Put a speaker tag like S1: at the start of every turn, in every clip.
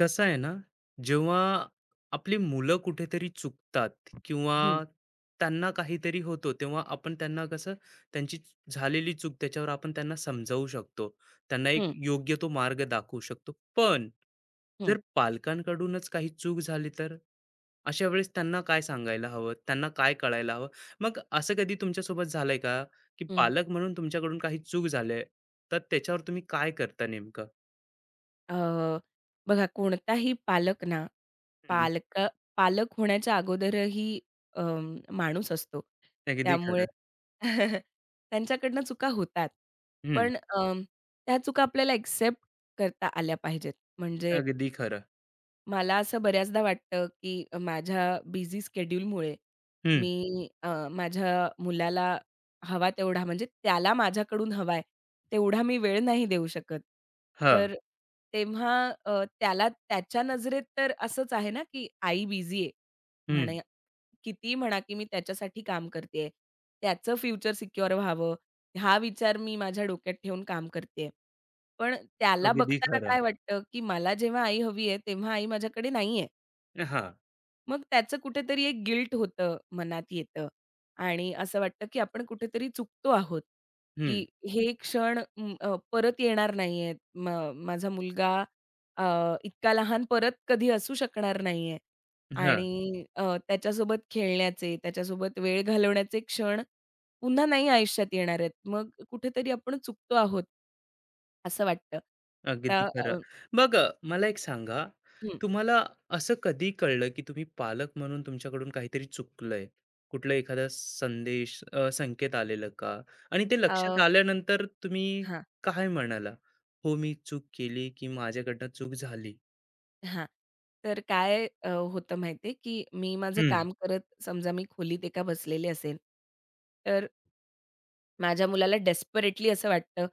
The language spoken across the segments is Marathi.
S1: कसं आहे ना, जेव्हा आपली मुलं कुठेतरी चुकतात किंवा
S2: हं,
S1: त्यांना काहीतरी होतो, तेव्हा आपण त्यांना कसं त्यांची झालेली चूक त्याच्यावर आपण त्यांना समजावू शकतो. त्यांना एक
S2: हं,
S1: योग्य तो मार्ग दाखवू शकतो. पण
S2: हं,
S1: जर पालकांकडूनच काही चूक झाली तर? अशा वेळेस त्यांना काय सांगायला हवं? त्यांना काय कळायला हवं? मग असं कधी तुमच्यासोबत झालंय का, की
S2: हं.
S1: पालक म्हणून तुमच्याकडून काही चूक झाली तर त्याच्यावर तुम्ही काय करता नेमकं?
S2: अ, बघा कोणताही पालक ना,
S1: हं,
S2: पालक पालक होण्याच्या अगोदरही अ, माणूस असतो.
S1: अगदी
S2: त्यामुळे
S1: खरं.
S2: त्यांच्याकडनं चुका होतात. पण त्या चुका आपल्याला एक्सेप्ट करता आल्या पाहिजेत. म्हणजे
S1: अगदी खरं.
S2: मला असं बऱ्याचदा वाटतं, की माझ्या बिझी स्केड्यूलमुळे
S1: हं.
S2: मी माझ्या मुलाला हवा तेवढा म्हणजे त्याला माझ्याकडून हवाय तेवढा मी वेळ नाही देऊ शकत.
S1: हां.
S2: तर तेव्हा त्याला त्याच्या नजरेत तर असंच आहे ना, की आई बिझी आहे.
S1: हं.
S2: म्हणे कितीही म्हणा, की मी त्याच्यासाठी काम करतेय. त्याचं फ्युचर सिक्युअर व्हावं हा विचार मी माझ्या डोक्यात ठेवून काम करतेय. पण त्याला
S1: अगदी
S2: बघताना
S1: खरं.
S2: काय वाटतं, की मला जेव्हा आई हवी आहे, तेव्हा आई माझ्याकडे नाहीये.
S1: हां.
S2: मग त्याचं कुठेतरी एक गिल्ट होतं, मनात येतं आणि असं वाटतं, की आपण कुठेतरी चुकतो आहोत, की
S1: हं.
S2: हे क्षण परत येणार नाहीयेत. माझा मुलगा अ, इतका लहान परत कधी असू शकणार नाहीये
S1: हां.
S2: आणि त्याच्यासोबत खेळण्याचे, त्याच्यासोबत वेळ घालवण्याचे क्षण पुन्हा नाही आयुष्यात येणार आहेत. मग कुठेतरी आपण चुकतो आहोत, असं वाटतं.
S1: अगदी
S2: आता
S1: खरं. मग मला एक सांगा,
S2: हं,
S1: तुम्हाला असं कधी कळलं, की तुम्ही पालक म्हणून तुमच्याकडून काहीतरी चुकलंय? कुठला एखादा संदेश संकेत आलेलं का? आणि ते लक्षात
S2: अ,
S1: आल्यानंतर तुम्ही काय म्हणाला? "हो, मी चूक केली, की माझ्याकडनं चूक झाली?"
S2: हां. तर काय होतं माहिती की मी माझं
S1: हं,
S2: काम करत समजा मी खोलीत एका बसलेले असेन, तर माझ्या मुलाला डेस्परेटली असं वाटतं,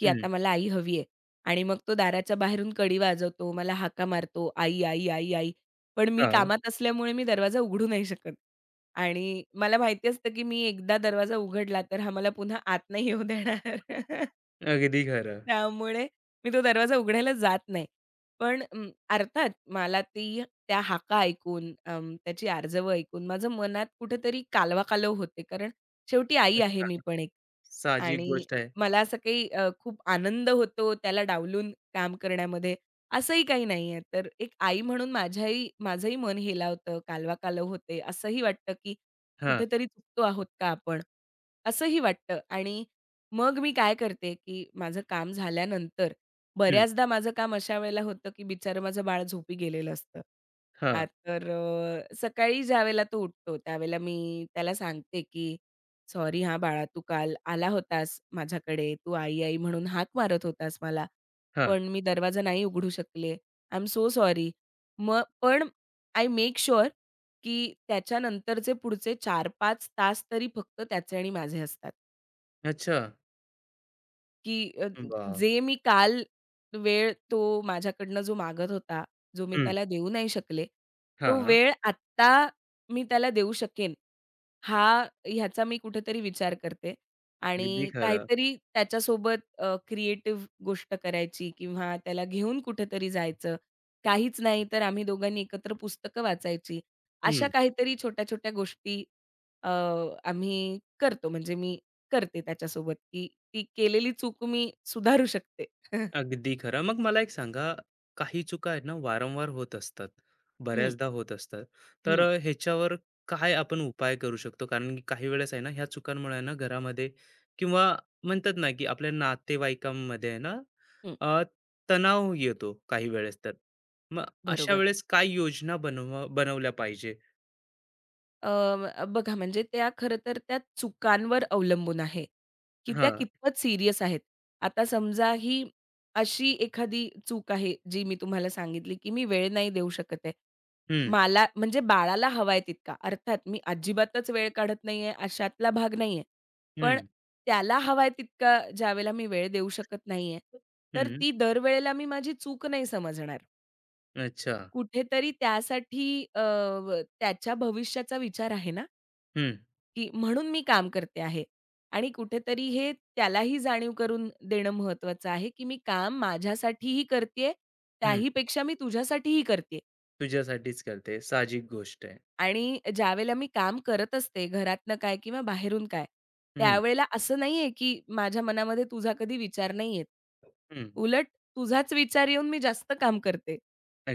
S2: की
S1: हं.
S2: आता मला आई हवी आहे. आणि मग तो दाराच्या बाहेरून कडी वाजवतो, मला हाका मारतो, "आई, आई, आई, आई." पण मी
S1: हां.
S2: कामात असल्यामुळे मी दरवाजा उघडू नाही शकत. आणि मला माहिती असतं, की मी एकदा दरवाजा उघडला तर हा मला पुन्हा आत नाही येऊ देणार.
S1: अगदी खरं.
S2: त्यामुळे मी तो दरवाजा उघडायला जात नाही. पण अर्थात मला ती त्या हाका ऐकून त्याची आर्जव ऐकून माझं मनात कुठेतरी कालवा कालव होते. कारण शेवटी आई आहे मी पण एक.
S1: साहजिक
S2: आणि
S1: गोष्ट आहे.
S2: मला असं काही खूप आनंद होतो त्याला डावलून काम करण्यामध्ये, असंही काही नाहीये. तर एक आई म्हणून माझंही मन हेलावतं, कालवा कालव होते. असंही वाटतं, की
S1: हां.
S2: कुठेतरी चुकतो आहोत का आपण? असंही वाटतं आणि मग मी काय करते, की माझं काम झाल्यानंतर
S1: हं.
S2: बऱ्याचदा माझं काम अशा वेळेला होतं, की बिचारं माझं बाळ झोपी गेलेलं असतं.
S1: हां,
S2: तर सकाळी ज्यावेळेला तो उठतो त्यावेळेला मी त्याला सांगते, की "सॉरी हां बाळा, तू काल आला होतास माझ्याकडे. तू आई-आई म्हणून हाक मारत होतास मला.
S1: हां.
S2: पण मी दरवाजा नाही उघडू शकले. I am so sorry." मग पण आय मेक शुअर की त्याच्यानंतरचे पुढचे 4-5 तास तरी फक्त त्याचे आणि माझे असतात.
S1: अच्छा.
S2: की
S1: हं. वाह!
S2: जे मी काल वेळ तो माझ्याकडनं जो मागत होता, जो मी
S1: हं.
S2: त्याला देऊ नाही शकले, तो वेळ आत्ता मी त्याला देऊ शकेन, हा ह्याचा मी कुठेतरी विचार करते
S1: अगदी
S2: आणि
S1: खरं.
S2: काहीतरी त्याच्यासोबत क्रिएटिव्ह गोष्ट करायची किंवा त्याला घेऊन कुठेतरी जायचं. काहीच नाही तर आम्ही दोघांनी एकत्र पुस्तकं वाचायची. अशा
S1: हं.
S2: काहीतरी छोट्या-छोट्या गोष्टी अ, आम्ही करतो म्हणजे मी करते त्याच्यासोबत, की ती केलेली चूक मी सुधारू शकते.
S1: अगदी खरं. मग मला एक सांगा, काही चुका आहेत ना, वारंवार होत असतात.
S2: हं,
S1: बऱ्याचदा होत असतात. तर
S2: हं,
S1: ह्याच्यावर काय आपण उपाय करू शकतो? कारण की काही वेळेस आहे ना, ह्या चुकांमुळे आहे ना, घरामध्ये किंवा म्हणतात ना, की आपल्या नातेवाईकांमध्ये आहे ना,
S2: हं.
S1: अ, तणाव येतो काही वेळेस तर. मग अशा
S2: बरोबर.
S1: वेळेस काय योजना बनवल्या पाहिजे?
S2: बघा म्हणजे त्या खरं तर त्या चुकांवर अवलंबून आहे, की त्या
S1: हां.
S2: कितपत सीरियस आहेत. आता समजा ही अशी एखादी चूक आहे, जी मी तुम्हाला सांगितली, की मी वेळ नाही देऊ शकत आहे.
S1: हं,
S2: मला म्हणजे बाळाला हवाय तितका. अर्थात मी अजिबातच वेळ काढत नाहीये अशातला भाग नाहीये. पण
S1: हं,
S2: त्याला हवाय तितका ज्यावेळेला मी वेळ देऊ शकत नाहीये, तर
S1: हं.
S2: ती दरवेळेला मी माझी चूक नाही समजणार.
S1: अच्छा.
S2: कुठेतरी त्यासाठी अ, त्याच्या भविष्याचा विचार आहे ना.
S1: हं,
S2: की म्हणून मी काम करते आहे आणि कुठेतरी हे त्यालाही जाणीव करून देणं महत्वाचं आहे, की मी काम माझ्यासाठीही करतेय,
S1: हं.
S2: त्याहीपेक्षा मी तुझ्यासाठीही करते
S1: तुझ्यासाठीच करते. साहजिक गोष्ट आहे.
S2: आणि ज्यावेळेला मी काम करत असते, घरातनं काय किंवा बाहेरून काय,
S1: हं,
S2: त्यावेळेला असं नाहीये, की माझ्या मनामध्ये तुझा कधी विचार नाही येत.
S1: हं.
S2: उलट तुझाच विचार येऊन मी जास्त काम करते,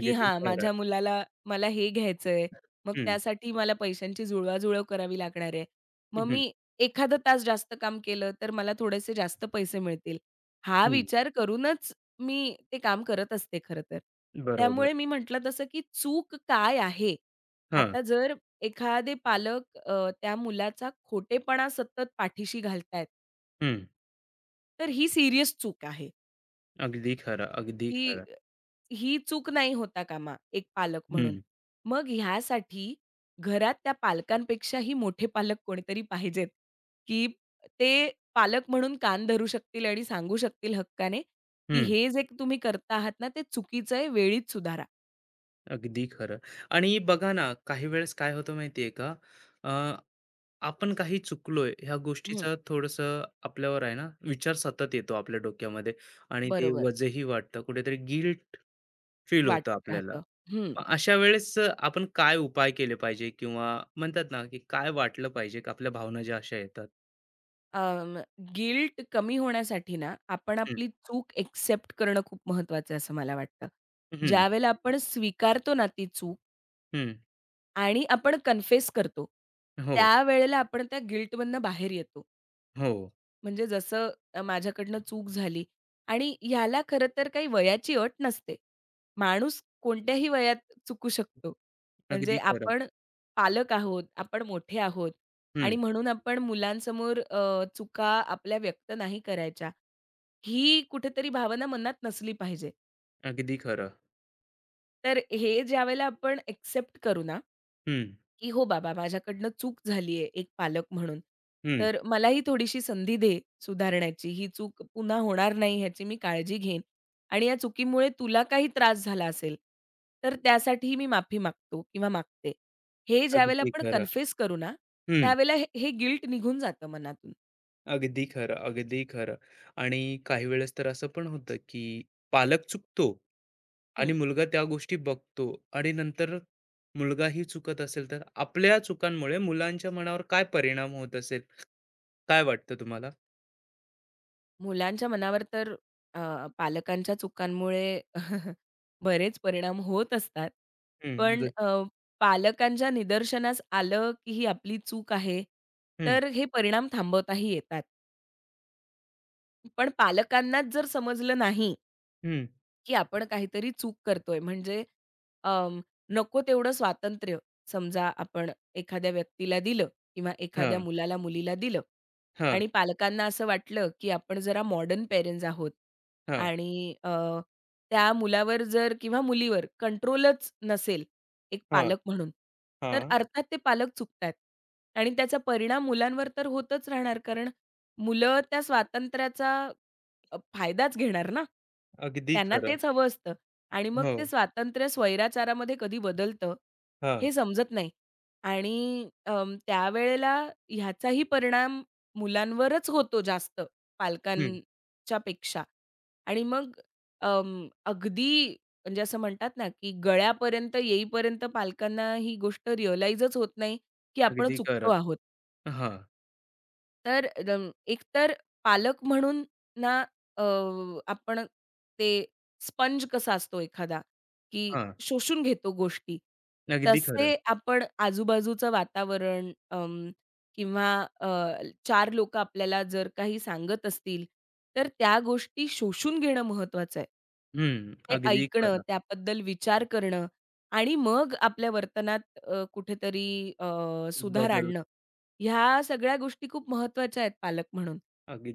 S2: की हां,
S1: खरं.
S2: माझ्या मुलाला मला हे घ्यायचंय, मग
S1: हं,
S2: त्यासाठी मला पैशांची जुळवाजुळव करावी लागणार आहे. मग
S1: हं,
S2: मी एखादा तास जास्त काम केलं, तर मला थोडेसे जास्त पैसे मिळतील. हा
S1: हं.
S2: विचार करूनच मी ते काम करत असते खरं तर.
S1: बरोबर.
S2: त्यामुळे मी म्हटलं तसं, की चूक काय आहे?
S1: हां.
S2: आता जर एखादे पालक त्या मुलाचा खोटेपणा सतत पाठीशी घालतायत,
S1: हं.
S2: तर ही सीरियस चूक आहे,
S1: अगदी खरं, अगदी
S2: की
S1: खरं.
S2: ही चूक नाही होता कामा एक पालक म्हणून.
S1: हं,
S2: मग ह्यासाठी घरात त्या पालकांपेक्षाही मोठे पालक कोणीतरी पाहिजेत, की ते पालक म्हणून कान धरू शकतील आणि सांगू शकतील हक्काने, की
S1: हं.
S2: हे जे तुम्ही करता आहात ना, ते चुकीचं आहे, वेळीच सुधारा.
S1: अगदी खरं. आणि बघा ना, काही वेळेस काय होतं माहिती आहे का? अ, आपण काही चुकलोय ह्या
S2: हं,
S1: गोष्टीचा थोडंसं आपल्यावर आहे ना, विचार सतत येतो आपल्या डोक्यामध्ये आणि ते
S2: बरोबर.
S1: वजही वाटतं. कुठेतरी गिल्ट फील होतं
S2: वाटत
S1: आपल्याला.
S2: राहतं. हं.
S1: मग अशा वेळेस आपण काय उपाय केले पाहिजे किंवा म्हणतात ना, की काय वाटलं पाहिजे, की आपल्या भावना ज्या अशा येतात?
S2: गिल्ट कमी होण्यासाठी ना, आपण
S1: हं,
S2: आपली चूक एक्सेप्ट करणं खूप महत्वाचं आहे असं मला वाटतं.
S1: हं,
S2: ज्यावेळेला आपण स्वीकारतो ना ती चूक
S1: हं.
S2: आणि आपण कन्फेस करतो,
S1: हो,
S2: त्यावेळेला आपण त्या गिल्टमधनं बाहेर येतो.
S1: हो.
S2: म्हणजे जसं माझ्याकडनं चूक झाली आणि ह्याला खरं तर काही वयाची अट नसते. माणूस कोणत्याही वयात चुकू शकतो. म्हणजे
S1: अगदी खरं.
S2: आपण पालक आहोत, आपण मोठे आहोत
S1: हं,
S2: आणि म्हणून आपण मुलांसमोर चुका आपल्या व्यक्त नाही करायच्या. ही कुठेतरी भावना मनात नसली पाहिजे.
S1: अगदी खरं.
S2: तर हे ज्यावेळेला आपण एक्सेप्ट करू ना
S1: हं,
S2: की "हो बाबा, माझ्याकडनं चूक झाली एक पालक म्हणून.
S1: हं.
S2: तर मलाही थोडीशी संधी दे सुधारण्याची. ही चूक पुन्हा होणार नाही ह्याची मी काळजी घेईन आणि या चुकीमुळे तुला काही त्रास झाला असेल, तर त्यासाठीही मी माफी मागतो किंवा मागते." हे ज्यावेळेला
S1: अगदी
S2: आपण
S1: खरं.
S2: कन्फेस करू ना,
S1: हं.
S2: त्यावेळेला हे हे गिल्ट निघून जातं मनातून.
S1: अगदी खरं, अगदी खरं. आणि काही वेळेस तर असं पण होतं, की पालक चुकतो आणि मुलगा त्या गोष्टी बघतो आणि नंतर मुलगाही चुकत असेल, तर आपल्या चुकांमुळे मुलांच्या मनावर काय परिणाम होत असेल? काय वाटतं तुम्हाला?
S2: मुलांच्या मनावर तर पालकांच्या चुकांमुळे बरेच परिणाम होत असतात.
S1: हं,
S2: पण
S1: ज
S2: पालकांच्या निदर्शनास आलं, की ही आपली चूक आहे,
S1: हं,
S2: तर हे परिणाम थांबवताही येतात. पण पालकांनाच जर समजलं नाही
S1: हं.
S2: की आपण काहीतरी चूक करतोय. म्हणजे अं, नको तेवढं स्वातंत्र्य समजा आपण एखाद्या व्यक्तीला दिलं किंवा एखाद्या
S1: हां,
S2: मुलाला, मुलीला दिलं
S1: हां,
S2: आणि पालकांना असं वाटलं, की आपण जरा मॉडर्न पेरेंट्स आहोत
S1: हां,
S2: आणि त्या मुलावर जर किंवा मुलीवर कंट्रोलच नसेल एक
S1: हां,
S2: पालक म्हणून, तर
S1: हां.
S2: अर्थात ते पालक चुकतायत आणि त्याचा परिणाम मुलांवर तर होतच राहणार. कारण मुलं त्या स्वातंत्र्याचा फायदाच घेणार ना.
S1: अगदी
S2: त्यांना
S1: खरं.
S2: तेच हवं असतं आणि मग
S1: हो.
S2: ते स्वातंत्र्य स्वैराचारामध्ये कधी बदलतं
S1: हां.
S2: हे समजत नाही आणि त्यावेळेला ह्याचाही परिणाम मुलांवरच होतो जास्त
S1: हं.
S2: पालकांच्या पेक्षा आणि मग अगदी म्हणजे असं म्हणतात ना, की गळ्यापर्यंत येईपर्यंत पालकांना ही गोष्ट रिअलाइजच होत नाही, की आपण
S1: अगदी खरं.
S2: चुकतो आहोत.
S1: हां,
S2: तर दम एकतर पालक म्हणून ना अ, आपण ते स्पंज कसा असतो एखादा, की
S1: हां.
S2: शोषून घेतो गोष्टी.
S1: अगदी खरं.
S2: तसे आपण आजूबाजूचं वातावरण किंवा अ, चार लोकं आपल्याला जर काही सांगत असतील, तर त्या गोष्टी शोषून घेणं महत्वाचं आहे.
S1: हं.
S2: ते
S1: अगदी
S2: ऐकणं,
S1: खरं.
S2: त्याबद्दल विचार करणं आणि मग आपल्या वर्तनात कुठेतरी सुधार
S1: बदल
S2: आणणं. ह्या सगळ्या गोष्टी खूप महत्त्वाच्या आहेत पालक म्हणून.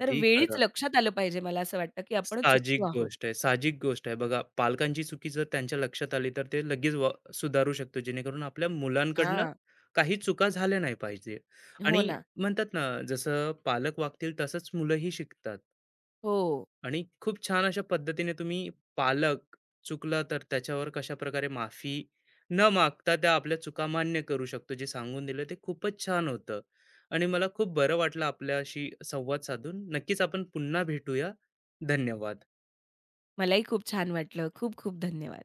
S2: तर वेळीच
S1: खरं.
S2: लक्षात आलं पाहिजे मला असं वाटतं, की आपण
S1: साहजिक
S2: चुकतो आहोत.
S1: गोष्ट आहे, साहजिक गोष्ट आहे. बघा पालकांची चुकी जर त्यांच्या लक्षात आली, तर ते लगेच सुधारू शकतो, जेणेकरून आपल्या मुलांकडनं
S2: हां.
S1: काही चुका झाल्या नाही पाहिजे.
S2: हो
S1: आणि
S2: ना.
S1: म्हणतात ना, जसं पालक वागतील तसंच मुलंही शिकतात.
S2: हो.
S1: आणि खूप छान अशा पद्धतीने तुम्ही पालक चुकला तर त्याच्यावर कशा प्रकारे माफी न मागता त्या आपल्या चुका मान्य करू शकतो जे सांगून दिलं ते खूपच छान होतं आणि मला खूप बरं वाटलं आपल्याशी संवाद साधून नक्कीच आपण पुन्हा भेटूया. धन्यवाद.
S2: मलाही खूप छान वाटलं. खूप खूप धन्यवाद.